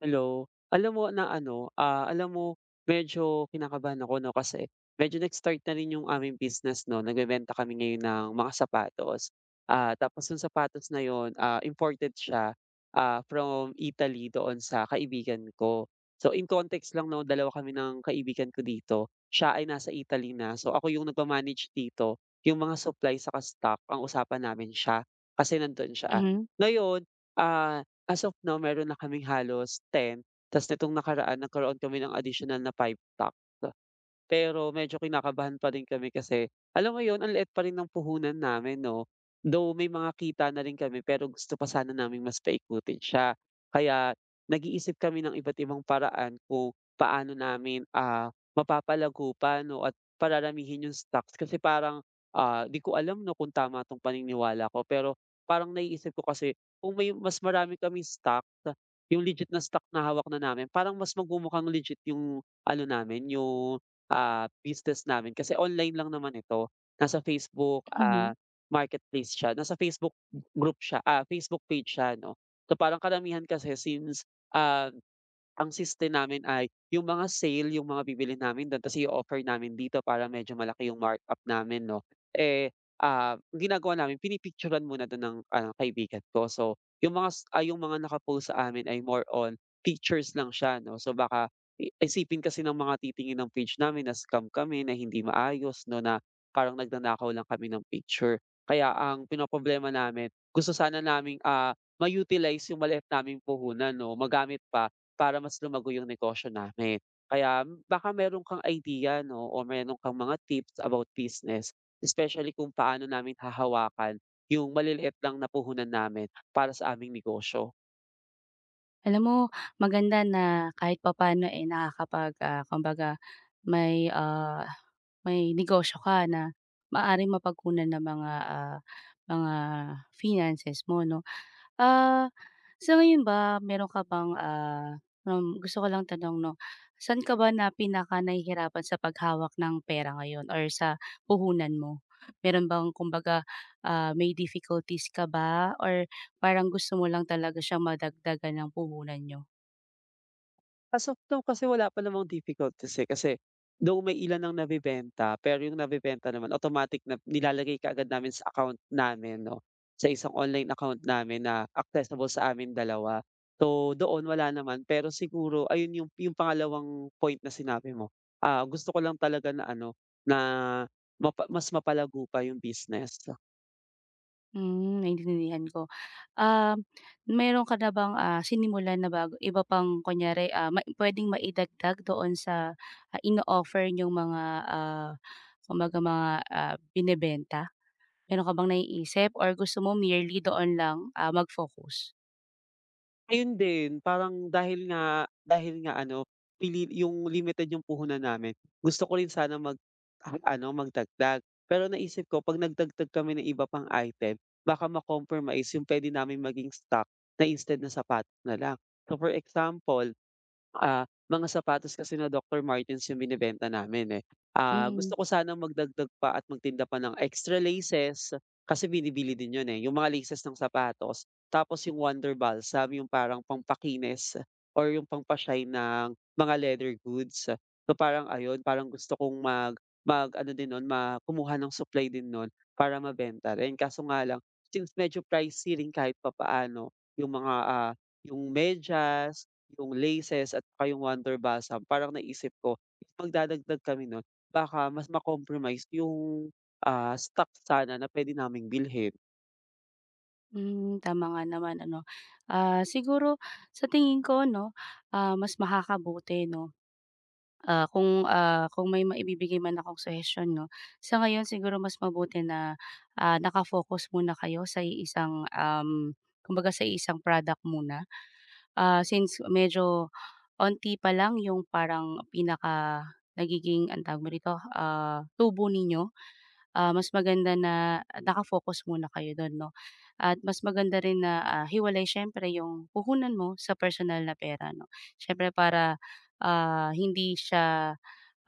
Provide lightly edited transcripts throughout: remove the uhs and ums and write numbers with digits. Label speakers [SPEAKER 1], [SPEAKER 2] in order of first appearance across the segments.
[SPEAKER 1] Hello. Alam mo na ano, alam mo, medyo kinakabahan ako 'no, kasi medyo nag-start na rin yung aming business 'no, nagbebenta kami ngayon ng mga sapatos. Tapos yung sapatos na yon, imported siya, from Italy doon sa kaibigan ko. So, in context lang 'no, dalawa kami ng kaibigan ko dito, siya ay nasa Italy na, so ako yung nagma-manage dito, yung mga supply saka stock ang usapan namin siya, kasi nandun siya.
[SPEAKER 2] Mhm,
[SPEAKER 1] Ngayon, ah as of now meron na kaming halos 10, ta's nitong nakaraan nagkaroon kami ng additional na 5 pack. Pero medyo kinakabahan pa rin kami, kasi alam mo yun, ang liit pa rin ng puhunan namin 'no. Though may mga kita na rin kami, pero gusto pa sana naming mas paikutin siya. Kaya nag-iisip kami ng iba't ibang paraan kung paano namin, mapapalago pa 'no at pararamihin yung stocks, kasi parang, 'di ko alam 'no kung tama 'tong paniniwala ko, pero parang naiisip ko kasi kung may mas marami kami stock, yung legit na stock na hawak na namin parang mas magmumukhang legit yung ano namin, yung business namin kasi online lang naman ito. Nasa Facebook,
[SPEAKER 2] mhm.
[SPEAKER 1] marketplace siya, nasa Facebook group siya, Facebook page siya 'no. So, parang karamihan kasi since, ah ang siste namin ay yung mga sale, yung mga bibili namin dun tas i offer namin dito para medyo malaki yung markup namin 'no. Eh, ang ginagawa namin pinipicturan muna dun ng, kaibigan ko. So, yung mga yung mga nakapost sa amin ay more on pictures lang siya 'no. So, baka i isipin kasi ng mga titingin ng page namin na scam kami, na hindi maayos 'no, na parang nagnanakaw lang kami ng picture. Kaya ang pinoproblema namin, gusto sana naming, ma-utilize yung maliit naming puhunan 'no, magamit pa para mas lumago yung negosyo namin. Kaya baka meron kang idea 'no o meron kang mga tips about business, especially kung paano namin hahawakan yung maliliit lang na puhunan namin para sa aming negosyo.
[SPEAKER 2] Alam mo maganda na kahit papaano, eh, nakakapag, kumbaga may, may negosyo ka na maaaring mapagkunan ng mga, mga finances mo 'no. Ah, sa ngayon ba meron ka bang, gusto ko lang tanong 'no, saan ka ba na pinakanahihirapan sa paghawak ng pera ngayon or sa puhunan mo? Meron bang kumbaga, may difficulties ka ba or parang gusto mo lang talaga siyang madagdagan ng puhunan niyo?
[SPEAKER 1] As of now kasi wala pa namang difficulties, eh, kasi though may ilan ang nabibenta, pero yung nabibenta naman automatic na nilalagay kaagad namin sa account namin 'no, sa isang online account namin na accessible sa amin dalawa. So, doon wala naman, pero siguro ayun yung pangalawang point na sinabi mo, gusto ko lang talaga na ano, na mas mapalago pa yung business.
[SPEAKER 2] Hmm, naintindihan ko. Um, Meron ka na bang, sinimulan na bago iba pang kunyari, mai puwedeng maidagdag doon sa, ino-offer niyong mga, ah, kumbaga mga, binebenta? Meron ka bang naiisip or gusto mo merely doon lang, mag-focus?
[SPEAKER 1] Ayun din, parang dahil nga ano, pili yung limited yung puhunan namin, gusto ko rin sana mag ano, magdagdag. Pero naisip ko 'pag nagdagdag kami ng iba pang item, baka ma-compromise yung pwede namin maging stock na instead na sapatos na lang. So, for example, mga sapatos kasi na Doctor Martens yung binebenta namin, eh.
[SPEAKER 2] Mhm.
[SPEAKER 1] Gusto ko sanang magdagdag pa at magtinda pa ng extra laces, kasi binibili din yun, eh, yung mga laces ng sapatos. Tapos yung Wonder Balsam, yung parang pampakinis or yung pampa ng mga leather goods. So, parang ayun, parang gusto kong mag-ano din nun, ma kumuha ng supply din nun para mabenta rin. Kaso nga lang, since medyo pricey rin kahit papaano yung mga, yung medyas, yung laces at saka yung Wonder Balsam, parang naisip ko if magdadagdag kami nun baka mas ma yung, stock sana na pwede naming bilhin.
[SPEAKER 2] Hmm, tama nga naman ano. Ah, siguro sa tingin ko 'no, mas makakabuti 'no. Ah, kung, kung may maibibigay man akong suhestiyon 'no, sa ngayon siguro mas mabuti na, naka-focus muna kayo sa isang kumbaga sa isang product muna. Ah, since medyo onti pa lang yung parang pinaka nagiging anong tawag mo rito, tubo ninyo, mas maganda na naka-focus muna kayo dun 'no. At mas maganda rin na, hiwalay siyempre yung puhunan mo sa personal na pera 'no. Siyempre para, hindi siya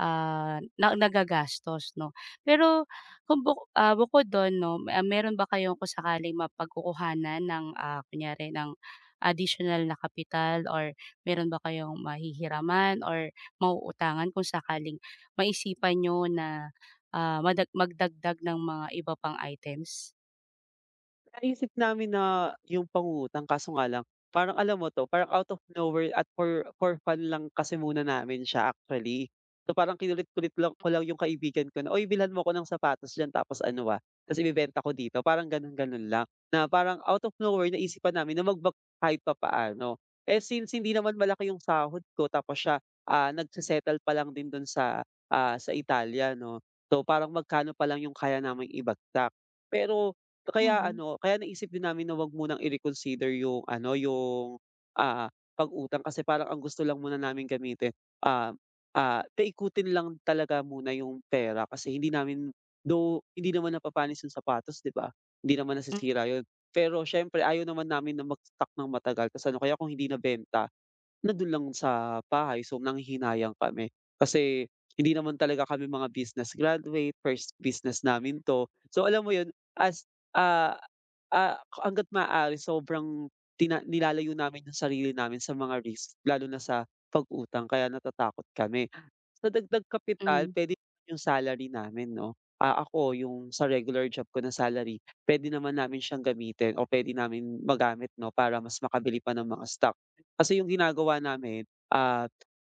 [SPEAKER 2] na nagagastos 'no. Pero kung bukod dun 'no, meron ba kayong kung sakaling mapagkukuhanan ng, kunyari ng additional na kapital or meron ba kayong mahihiraman or mauutangan kung sakaling maisipan niyo na, magdagdag ng mga iba pang items?
[SPEAKER 1] Naisip namin na yung pangungutang, kaso nga lang parang alam mo 'to, parang out of nowhere at for fun lang kasi muna namin siya actually. So, parang kinulit-kulit lang ko lang yung kaibigan ko na, "Uy, bilhan mo ako ng sapatos diyan tapos ano, tapos ibebenta ko dito." Parang gano'n-gano'n lang, na parang out of nowhere naisipan namin na mag-bag pa papaano. Eh, since hindi naman malaki yung sahod ko tapos siya, nagse-settle pa lang din do'n sa, sa Italia 'no. So, parang magkano pa lang yung kaya naming ibagsak. Pero kaya
[SPEAKER 2] Mhm.
[SPEAKER 1] ano, kaya naisip din namin na wag munang i-reconsider yung ano, yung, pag-utang kasi parang ang gusto lang muna namin gamitin, ah, paikutin lang talaga muna yung pera kasi hindi namin hindi naman napapanis yung sapatos, 'di ba? Hindi naman
[SPEAKER 2] Mm.
[SPEAKER 1] nasisira yun. Pero siyempre ayaw naman namin na mag-stock ng matagal, kasi ano kaya kung hindi nabenta? Na dun lang sa bahay, so nanghihinayang kami. Kasi hindi naman talaga kami mga business graduate, first business namin 'to. So, alam mo yun, as ah, hangga't maaari sobrang nilalayo namin yung sarili namin sa mga risk lalo na sa pag-utang, kaya natatakot kami. Sa dagdag kapital
[SPEAKER 2] Mm.
[SPEAKER 1] puwede naman yung salary namin 'no. Ako yung sa regular job ko na salary puwede naman namin siyang gamitin o puwede namin magamit 'no para mas makabili pa ng mga stock. Kasi yung ginagawa namin, ah,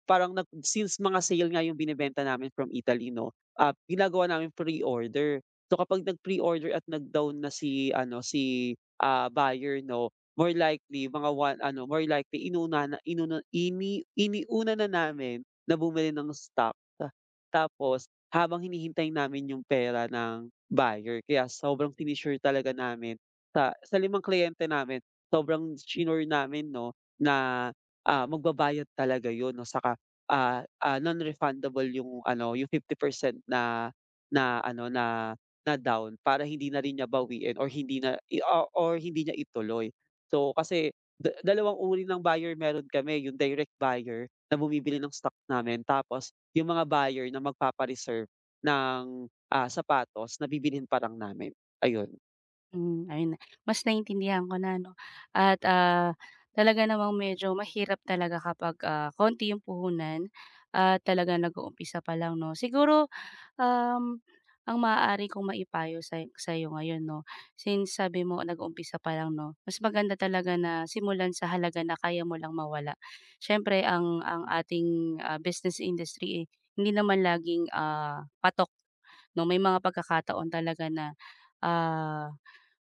[SPEAKER 1] parang nag since mga sale nga yung binebenta namin from Italy 'no, ginagawa namin pre-order. So, kapag nag-pre-order at nag-down na si ano, si, buyer 'no, more likely mga one ano, more likely inuna na inuna ini iniuna na namin na bumili ng stock. Tapos habang hinihintay namin yung pera ng buyer kaya sobrang talaga namin sa limang kliyente namin, sobrang sinure namin 'no, na, magbabayad talaga yun 'no, saka, non-refundable yung ano, yung 50% na na ano, na na down para hindi na rin niya bawiin or hindi na i o or hindi niya ituloy. So, kasi dalawang uri ng buyer meron kami, yung direct buyer na bumibili ng stock namin tapos yung mga buyer na magpapa-reserve ng, sapatos na bibilhin pa lang namin, ayun.
[SPEAKER 2] Hmm, ayun na, mas naintindihan ko na 'no at, talaga namang medyo mahirap talaga kapag, konti yung puhunan at talaga nag-uumpisa pa lang 'no. Siguro, um, ang maaari kong maipayo sa sa'yo ngayon 'no, since sabi mo nag-uumpisa pa lang 'no, mas maganda talaga na simulan sa halaga na kaya mo lang mawala. Siyempre ang ating, business industry, eh, hindi naman laging, patok 'no, may mga pagkakataon talaga na, ah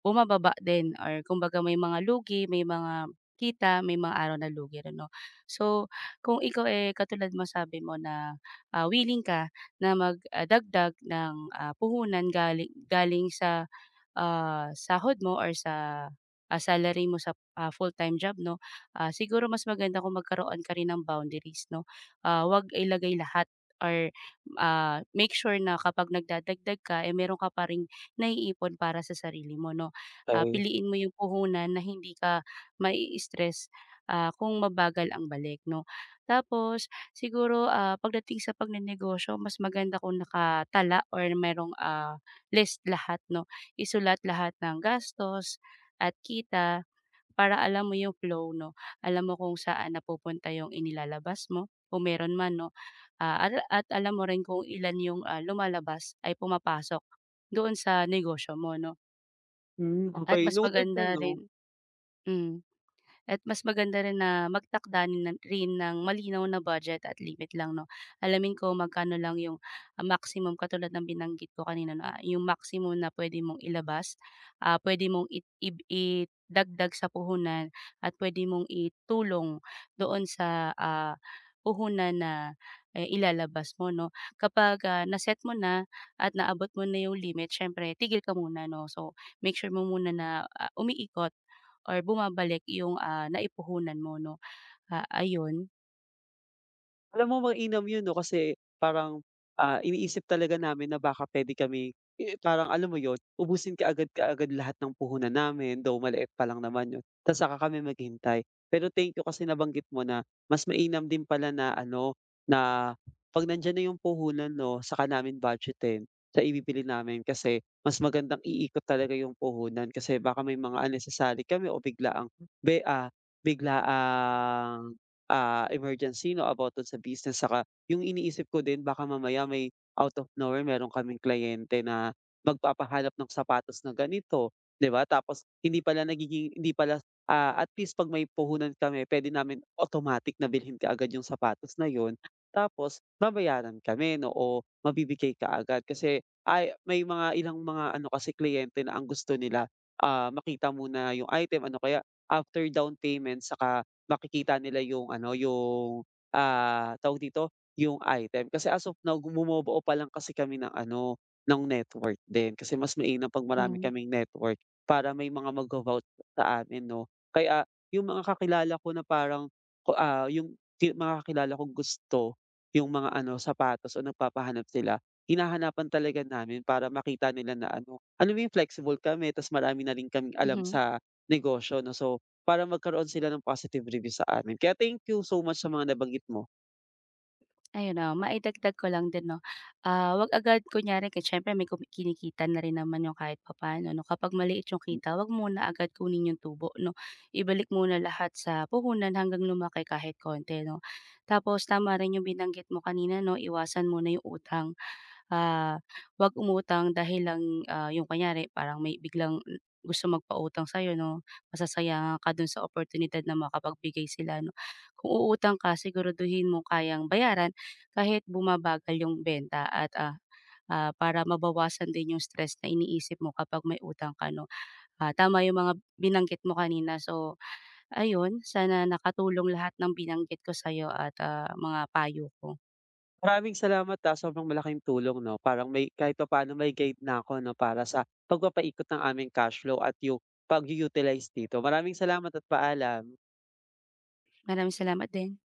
[SPEAKER 2] bumababa din or kumbaga may mga lugi, may mga kita, may mga araw na lugi rin 'no. So, kung ikaw, eh, katulad mo sabi mo na, willing ka na magdagdag ng, puhunan galing galing sa sahod mo or sa, salary mo sa, full-time job 'no, siguro mas maganda kung magkaroon ka rin ng boundaries 'no. Ah, 'wag ilagay lahat or, make sure na kapag nagdadagdag ka, eh, meron ka pa ring naiipon para sa sarili mo 'no. Ah,
[SPEAKER 1] Ay,
[SPEAKER 2] piliin mo yung puhunan na hindi ka mai-stress, kung mabagal ang balik 'no. Tapos siguro, pagdating sa pagnenegosyo mas maganda kung nakatala or merong, list lahat 'no, isulat lahat ng gastos at kita para alam mo yung flow 'no, alam mo kung saan napupunta yung inilalabas mo, kung meron man 'no, at alam mo rin kung ilan yung, lumalabas ay pumapasok doon sa negosyo mo 'no,
[SPEAKER 1] hmm,
[SPEAKER 2] at
[SPEAKER 1] okay.
[SPEAKER 2] mas
[SPEAKER 1] Noted na,
[SPEAKER 2] maganda
[SPEAKER 1] 'no.
[SPEAKER 2] rin hmm. At mas maganda rin na magtakda rin ng malinaw na budget at limit lang 'no. Alamin ko magkano lang yung, maximum katulad ng binanggit ko kanina na yung maximum na pwede mong ilabas, puwede mong it ib idagdag sa puhunan at pwede mong itulong doon sa, puhunan na, eh, ilalabas mo 'no. Kapag, na mo na at naabot mo na yung limit siyempre tigil ka muna 'no. So, make sure mo muna na, umiikot or bumabalik yung, naipuhunan mo 'no. Ah, ayun,
[SPEAKER 1] Alam mo mainam 'yun 'no, kasi parang, iniisip talaga namin na baka pwede kami parang alam mo 'yun, ubusin ka agad lahat ng puhunan namin, though maliit pa lang naman 'yun, ta's saka kami maghintay. Pero thank you kasi nabanggit mo na mas mainam din pala na ano, na 'pag nandiyan na 'yung puhunan 'no, saka namin budgetin sa ibibili namin kasi mas magandang iikot talaga 'yung puhunan, kasi baka may mga unnecessary kami o bigla ang be ah, biglaang emergency 'no, about dun sa business, saka yung iniisip ko din baka mamaya may out of nowhere meron kaming kliyente na magpapahanap ng sapatos na ganito, 'di ba? Tapos hindi pala, at least 'pag may puhunan kami pwede namin automatic na bilhin ka agad yung sapatos na yon. Tapos babayaran kami 'no o mabibigay ka agad. Kasi ay may mga ilang mga ano kasi kliyente na ang gusto nila, makita muna yung item ano kaya after down payment saka makikita nila yung ano, yung, tawag dito, yung item. Kasi as of now, bumobuo pa lang kasi kami ng ano, ng network din. Kasi mas mainam 'pag marami
[SPEAKER 2] mhm,
[SPEAKER 1] kaming network para may mga magvo-vouch sa amin 'no. Kaya yung mga kakilala ko na parang yung mga kakilala kong gusto yung mga ano, sapatos o nagpapahanap sila, hinahanapan talaga namin para makita nila na ano, alam mo yung flexible kami, ta's marami na rin kaming alam
[SPEAKER 2] mhm.
[SPEAKER 1] sa negosyo 'no. So, para magkaroon sila ng positive review sa amin. Kaya thank you so much sa mga nabanggit mo.
[SPEAKER 2] Ayun, maidagdag ko lang din 'no, 'wag agad kunyari kahit siyempre may kinikita na rin naman yung kahit papaano 'no. Kapag maliit yung kita 'wag muna agad kunin yung tubo 'no. Ibalik muna lahat sa puhunan hanggang lumaki kahit konti 'no. Tapos tama rin yung binanggit mo kanina 'no, iwasan muna yung utang. Ah, 'wag umutang dahil lang, yung kunyari parang may biglang gusto magpautang sa'yo 'no, masasayangan ka dun sa oportunidad na makapagbigay sila 'no. Kung uutang ka siguraduhin mong kayang bayaran kahit bumabagal yung benta at, para mabawasan din yung stress na iniisip mo kapag may utang ka 'no. Ah, tama yung mga binanggit mo kanina, so ayun, sana nakatulong lahat ng binanggit ko sa'yo at, mga payo ko.
[SPEAKER 1] Maraming salamat, sobrang malaking tulong 'no, parang may kahit papaano may guide na ako 'no, para sa pagpapaikot ng aming cash flow at yung pag-u-utilize dito. Maraming salamat at paalam.
[SPEAKER 2] Maraming salamat din.